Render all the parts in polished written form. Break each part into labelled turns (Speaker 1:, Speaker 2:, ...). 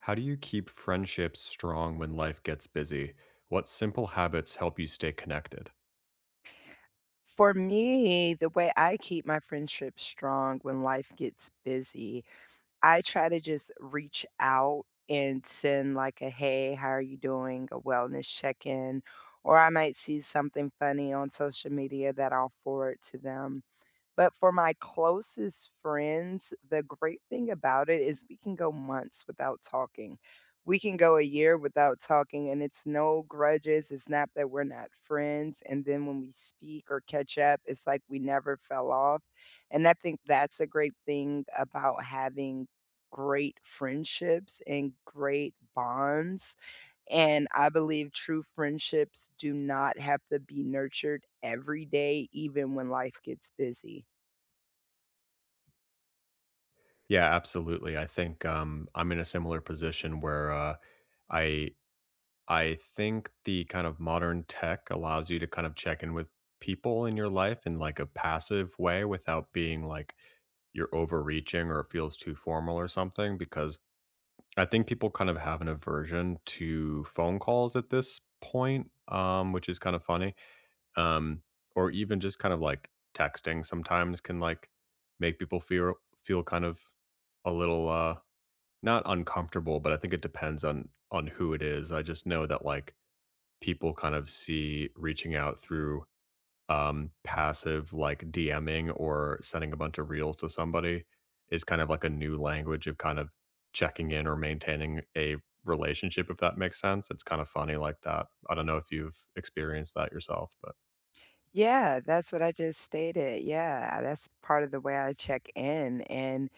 Speaker 1: How do you keep friendships strong when life gets busy? What simple habits help you stay connected?
Speaker 2: For me, the way I keep my friendships strong when life gets busy, I try to just reach out and send like a hey, how are you doing? A wellness check in. Or I might see something funny on social media that I'll forward to them. But for my closest friends, the great thing about it is we can go months without talking. We can go a year without talking, and it's no grudges. It's not that we're not friends. And then when we speak or catch up, it's like we never fell off. And I think that's a great thing about having great friendships and great bonds. And I believe true friendships do not have to be nurtured every day, even when life gets busy.
Speaker 1: Yeah, absolutely. I think I'm in a similar position where I I think the kind of modern tech allows you to kind of check in with people in your life in like a passive way without being like you're overreaching or it feels too formal or something. Because I think people kind of have an aversion to phone calls at this point, which is kind of funny um, or even just kind of like texting sometimes can like make people feel kind of a little not uncomfortable. But I think it depends on who it is. I just know that like people kind of see reaching out through passive like DMing or sending a bunch of reels to somebody is kind of like a new language of kind of checking in or maintaining a relationship, if that makes sense. It's kind of funny like that. I don't know if you've experienced that yourself, but
Speaker 2: Yeah, that's what I just stated. Yeah, that's part of the way I check in. And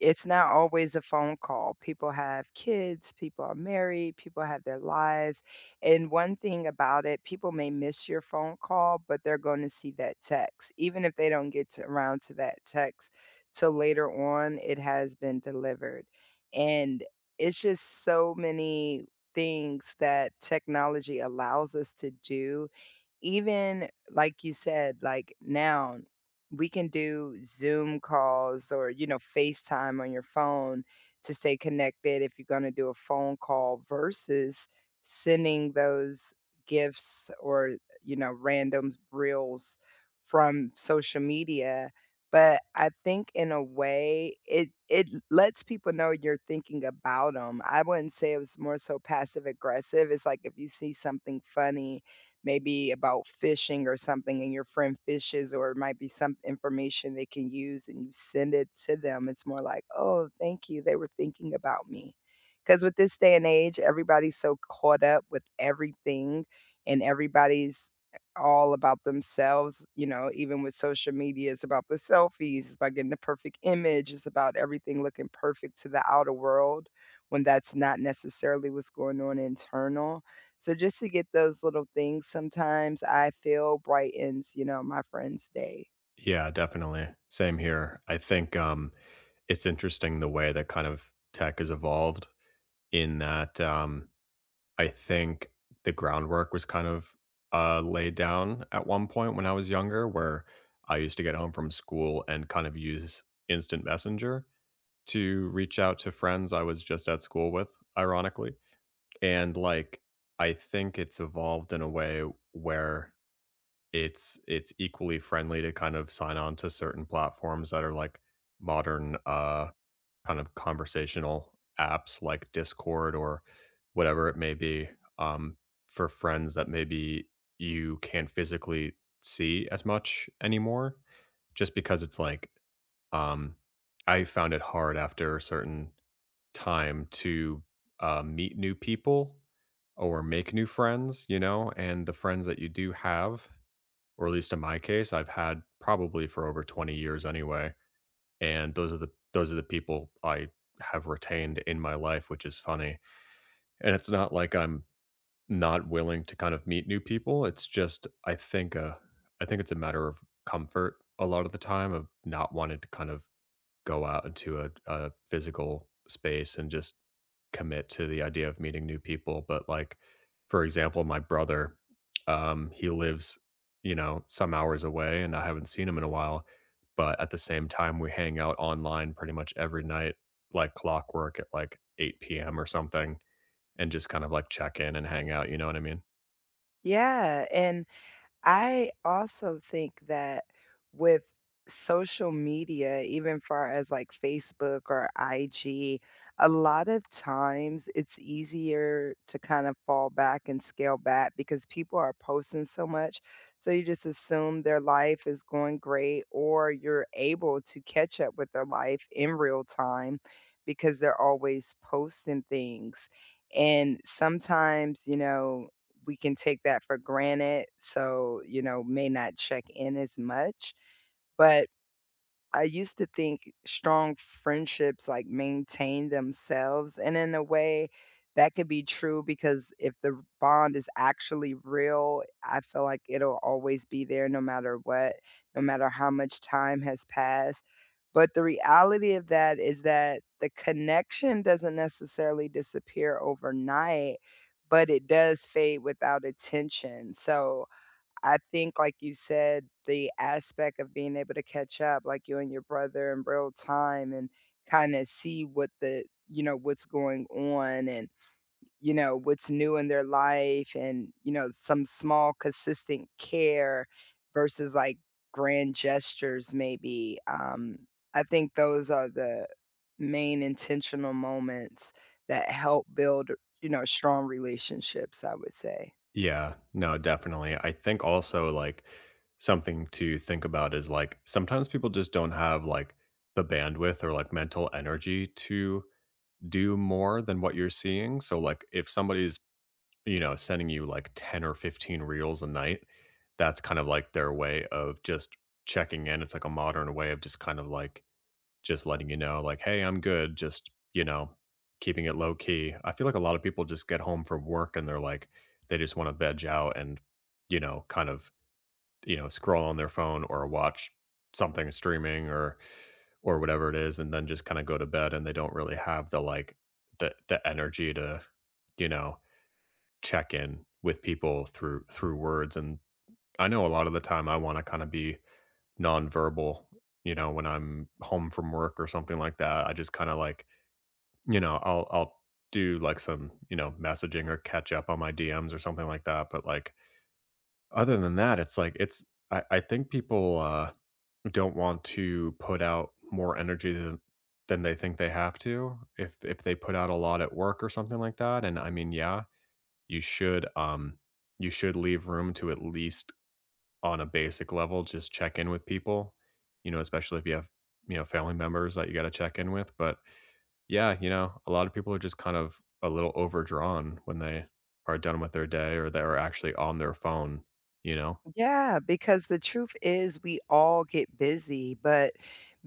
Speaker 2: it's not always a phone call. People have kids, people are married, people have their lives. And one thing about it, people may miss your phone call, but they're going to see that text. Even if they don't get to, around to that text till later on, it has been delivered. And it's just so many things that technology allows us to do, even like you said, like now, we can do Zoom calls or, you know, FaceTime on your phone to stay connected if you're gonna do a phone call versus sending those gifts or, you know, random reels from social media. But I think in a way it lets people know you're thinking about them. I wouldn't say it was more so passive aggressive, it's like if you see something funny maybe about fishing or something and your friend fishes or it might be some information they can use and you send it to them, it's more like, "Oh, thank you. They were thinking about me," because with this day and age, everybody's so caught up with everything and everybody's all about themselves, you know, even with social media, it's about the selfies, it's about getting the perfect image, it's about everything looking perfect to the outer world when that's not necessarily what's going on internal. So just to get those little things sometimes I feel brightens, you know, my friend's day.
Speaker 1: yeah, definitely. Same here. I think, it's interesting the way that kind of tech has evolved in that, I think the groundwork was kind of, laid down at one point when I was younger, where I used to get home from school and kind of use instant messenger to reach out to friends I was just at school with, ironically. And, like, I think it's evolved in a way where it's equally friendly to kind of sign on to certain platforms that are like modern kind of conversational apps like Discord or whatever it may be, um for friends that maybe you can't physically see as much anymore, just because it's like, um I found it hard after a certain time to meet new people or make new friends, you know. And the friends that you do have, or at least in my case, I've had probably for over 20 years anyway. And those are the people I have retained in my life, which is funny. And it's not like I'm not willing to kind of meet new people. It's just I think it's a matter of comfort a lot of the time, of not wanting to kind of go out into a physical space and just commit to the idea of meeting new people. But like, for example, my brother, he lives, you know, some hours away, and I haven't seen him in a while. But at the same time, we hang out online pretty much every night, like clockwork at like 8 p.m. or something, and just kind of like check in and hang out. You know what I mean?
Speaker 2: Yeah, and I also think that with social media, even far as like Facebook or IG, a lot of times it's easier to kind of fall back and scale back because people are posting so much. So you just assume their life is going great, or you're able to catch up with their life in real time because they're always posting things. And sometimes, you know, we can take that for granted, so, you know, may not check in as much. But I used to think strong friendships, like, maintain themselves, and in a way, that could be true because if the bond is actually real, I feel like it'll always be there no matter what, no matter how much time has passed. But the reality of that is that the connection doesn't necessarily disappear overnight, but it does fade without attention. So I think, like you said, the aspect of being able to catch up, like you and your brother in real time and kind of see what the, you know, what's going on and, you know, what's new in their life and, you know, some small consistent care versus like grand gestures maybe. I think those are the main intentional moments that help build, you know, strong relationships, I would say.
Speaker 1: Yeah. No, definitely. I think also like something to think about is like sometimes people just don't have like the bandwidth or like mental energy to do more than what you're seeing. So like if somebody's, you know, sending you like 10 or 15 reels a night, that's kind of like their way of just checking in. It's like a modern way of just kind of like just letting you know, like, "Hey, I'm good," just, you know, keeping it low key. I feel like a lot of people just get home from work and they're like they just wanna veg out and, you know, kind of, you know, scroll on their phone or watch something streaming or whatever it is, and then just kinda go to bed, and they don't really have the, like, the energy to, you know, check in with people through words. And I know a lot of the time I wanna kinda be nonverbal, you know, when I'm home from work or something like that. I just kinda, like, you know, I'll do like some, you know, messaging or catch up on my DMs or something like that. But like other than that, it's like it's I think people don't want to put out more energy than they think they have to, if they put out a lot at work or something like that. And I mean, yeah, you should um you should leave room to at least on a basic level just check in with people, you know, especially if you have, you know, family members that you got to check in with. But yeah, you know, a lot of people are just kind of a little overdrawn when they are done with their day or they're actually on their phone, you know?
Speaker 2: Yeah, because the truth is we all get busy, but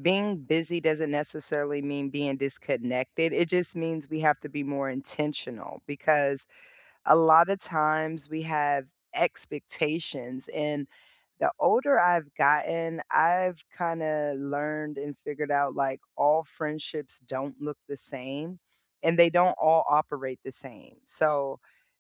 Speaker 2: being busy doesn't necessarily mean being disconnected. It just means we have to be more intentional because a lot of times we have expectations and the older I've gotten, I've kind of learned and figured out like all friendships don't look the same and they don't all operate the same. So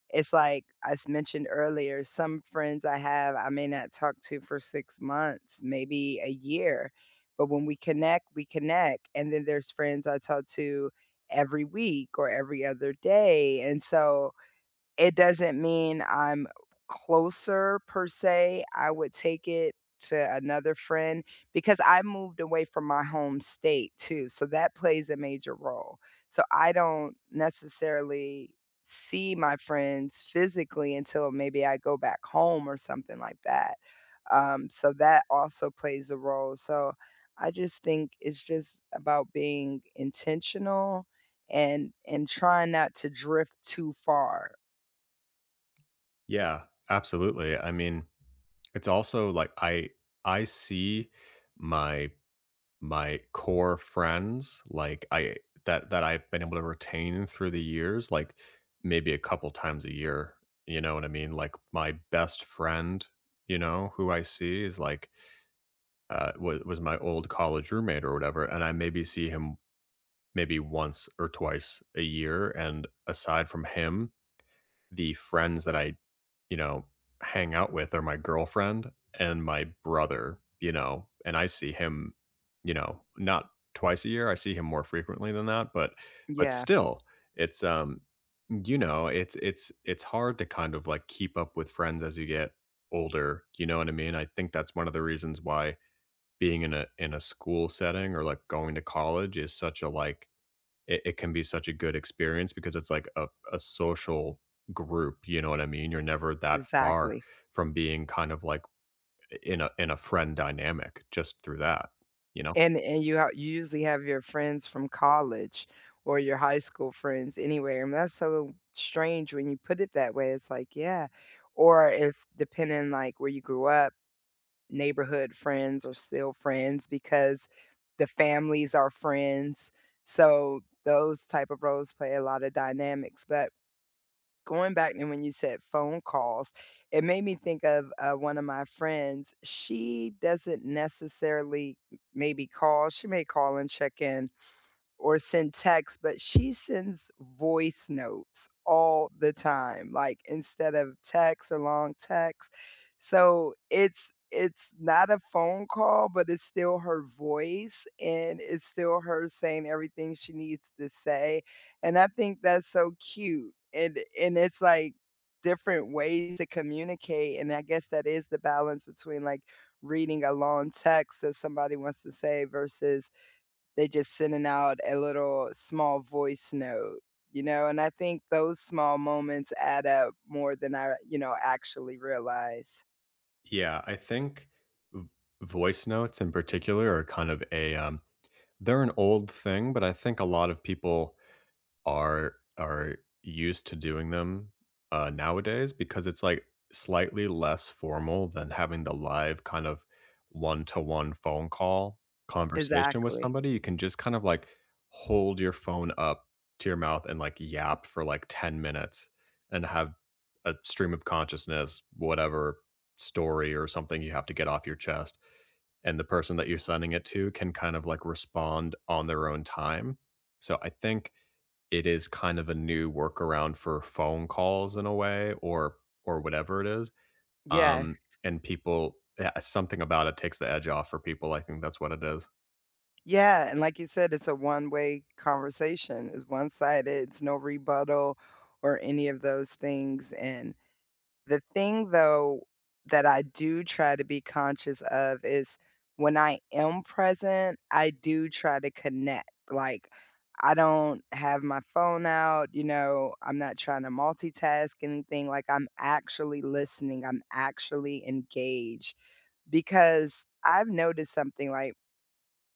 Speaker 2: it's like mentioned earlier, some friends I have, I may not talk to for six months, maybe a year, but when we connect, we connect. And then there's friends I talk to every week or every other day. And so it doesn't mean I'm closer per se, I would take it to another friend because I moved away from my home state too, so that plays a major role. So I don't necessarily see my friends physically until maybe I go back home or something like that. So that also plays a role. So I just think it's just about being intentional and trying not to drift too far.
Speaker 1: Yeah, absolutely. I mean, it's also like I see my my core friends like I, that I've been able to retain through the years, like maybe a couple times a year, you know what I mean? Like my best friend, you know, who I see is like was my old college roommate or whatever, and I maybe see him maybe once or twice a year. And aside from him, the friends that I, you know, hang out with are my girlfriend and my brother, you know, and I see him, you know, not twice a year. I see him more frequently than that, but
Speaker 2: Yeah,
Speaker 1: still, it's you know, it's hard to kind of like keep up with friends as you get older. You know what I mean? I think that's one of the reasons why being in a school setting or like going to college is such a like it can be such a good experience, because it's like a social group, you know what I mean? You're never that far
Speaker 2: exactly.
Speaker 1: from being kind of like in a friend dynamic just through that, you know.
Speaker 2: And you usually have your friends from college or your high school friends anyway, and that's so strange when you put it that way. It's like, yeah. Or if depending like where you grew up, neighborhood friends are still friends because the families are friends. So those type of roles play a lot of dynamics. But going back to when you said phone calls, it made me think of, one of my friends. She doesn't necessarily m maybe call. She may call and check in, or send texts, but she sends voice notes all the time, like, instead of text or long text. So, it's not a phone call, but it's still her voice, and it's still her saying everything she needs to say, and I think that's so cute, and it's, like, different ways to communicate, and I guess that is the balance between, like, reading a long text that somebody wants to say versus they're just sending out a little small voice note, you know, and I think those small moments add up more than I, you know, actually realize.
Speaker 1: Yeah, I think v- voice notes in particular are kind of a they're an old thing, but I think a lot of people are used to doing them, nowadays, because it's, like, slightly less formal than having the live kind of one-to-one phone call conversation with
Speaker 2: Exactly.
Speaker 1: somebody. You can just kind of, like, hold your phone up to your mouth and, like, yap for, like, 10 minutes and have a stream of consciousness, whatever story or something you have to get off your chest, and the person that you're sending it to can kind of, like, respond on their own time. So I think it is kind of a new workaround for phone calls in a way, or whatever it is.
Speaker 2: Yes.
Speaker 1: Um, and people yeah, something about it takes the edge off for people. I think that's what it is.
Speaker 2: Yeah, and like you said, it's a one-way conversation. It's one-sided. It's no rebuttal or any of those things. And the thing, though, that I do try to be conscious of is when I am present, I do try to connect, like, I don't have my phone out, you know, I'm not trying to multitask anything, like, I'm actually listening, I'm actually engaged, because I've noticed something, like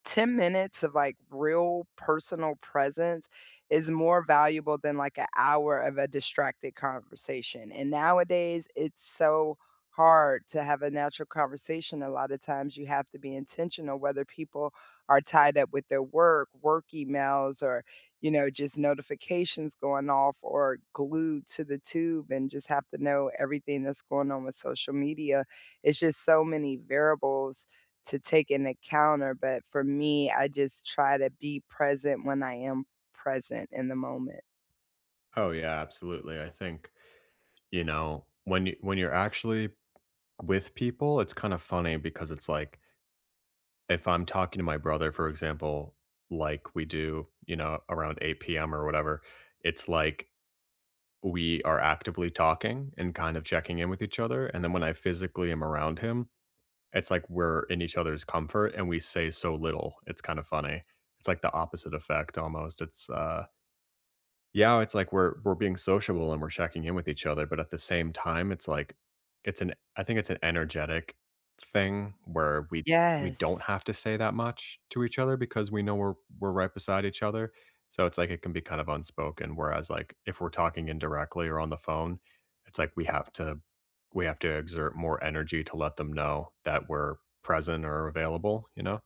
Speaker 2: 10 minutes of like real personal presence is more valuable than like an hour of a distracted conversation. And nowadays, it's so hard to have a natural conversation. A lot of times, you have to be intentional whether people are tied up with their work, work emails, or, you know, just notifications going off or glued to the tube and just have to know everything that's going on with social media. It's just so many variables to take an encounter, but for me, I just try to be present when I am present in the moment.
Speaker 1: Oh yeah, absolutely. I think, you know, when you when you're actually with people, it's kind of funny, because it's like if I'm talking to my brother, for example, like we do, you know, around 8 p.m. or whatever, it's like we are actively talking and kind of checking in with each other. And then when I physically am around him, it's like we're in each other's comfort and we say so little. It's kind of funny. It's like the opposite effect almost. It's, yeah, it's like we're being sociable and we're checking in with each other, but at the same time, it's like it's an I think it's an energetic thing where we don't
Speaker 2: Yes.
Speaker 1: have to say that much to each other, because we know we're right beside each other. So it's like it can be kind of unspoken. Whereas like if we're talking indirectly or on the phone, it's like we have to exert more energy to let them know that we're present or available, you know?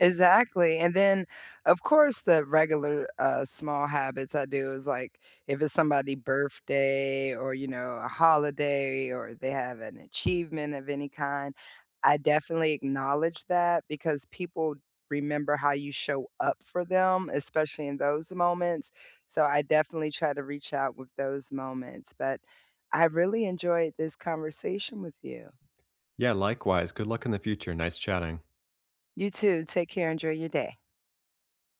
Speaker 2: Exactly, and then, of course, the regular, small habits I do is, like, if it's somebody's birthday or, you know, a holiday or they have an achievement of any kind, I definitely acknowledge that because people remember how you show up for them, especially in those moments, so I definitely try to reach out with those moments, but I really enjoyed this conversation with you.
Speaker 1: Yeah, likewise. Good luck in the future. Nice chatting.
Speaker 2: You too, take care, enjoy your day.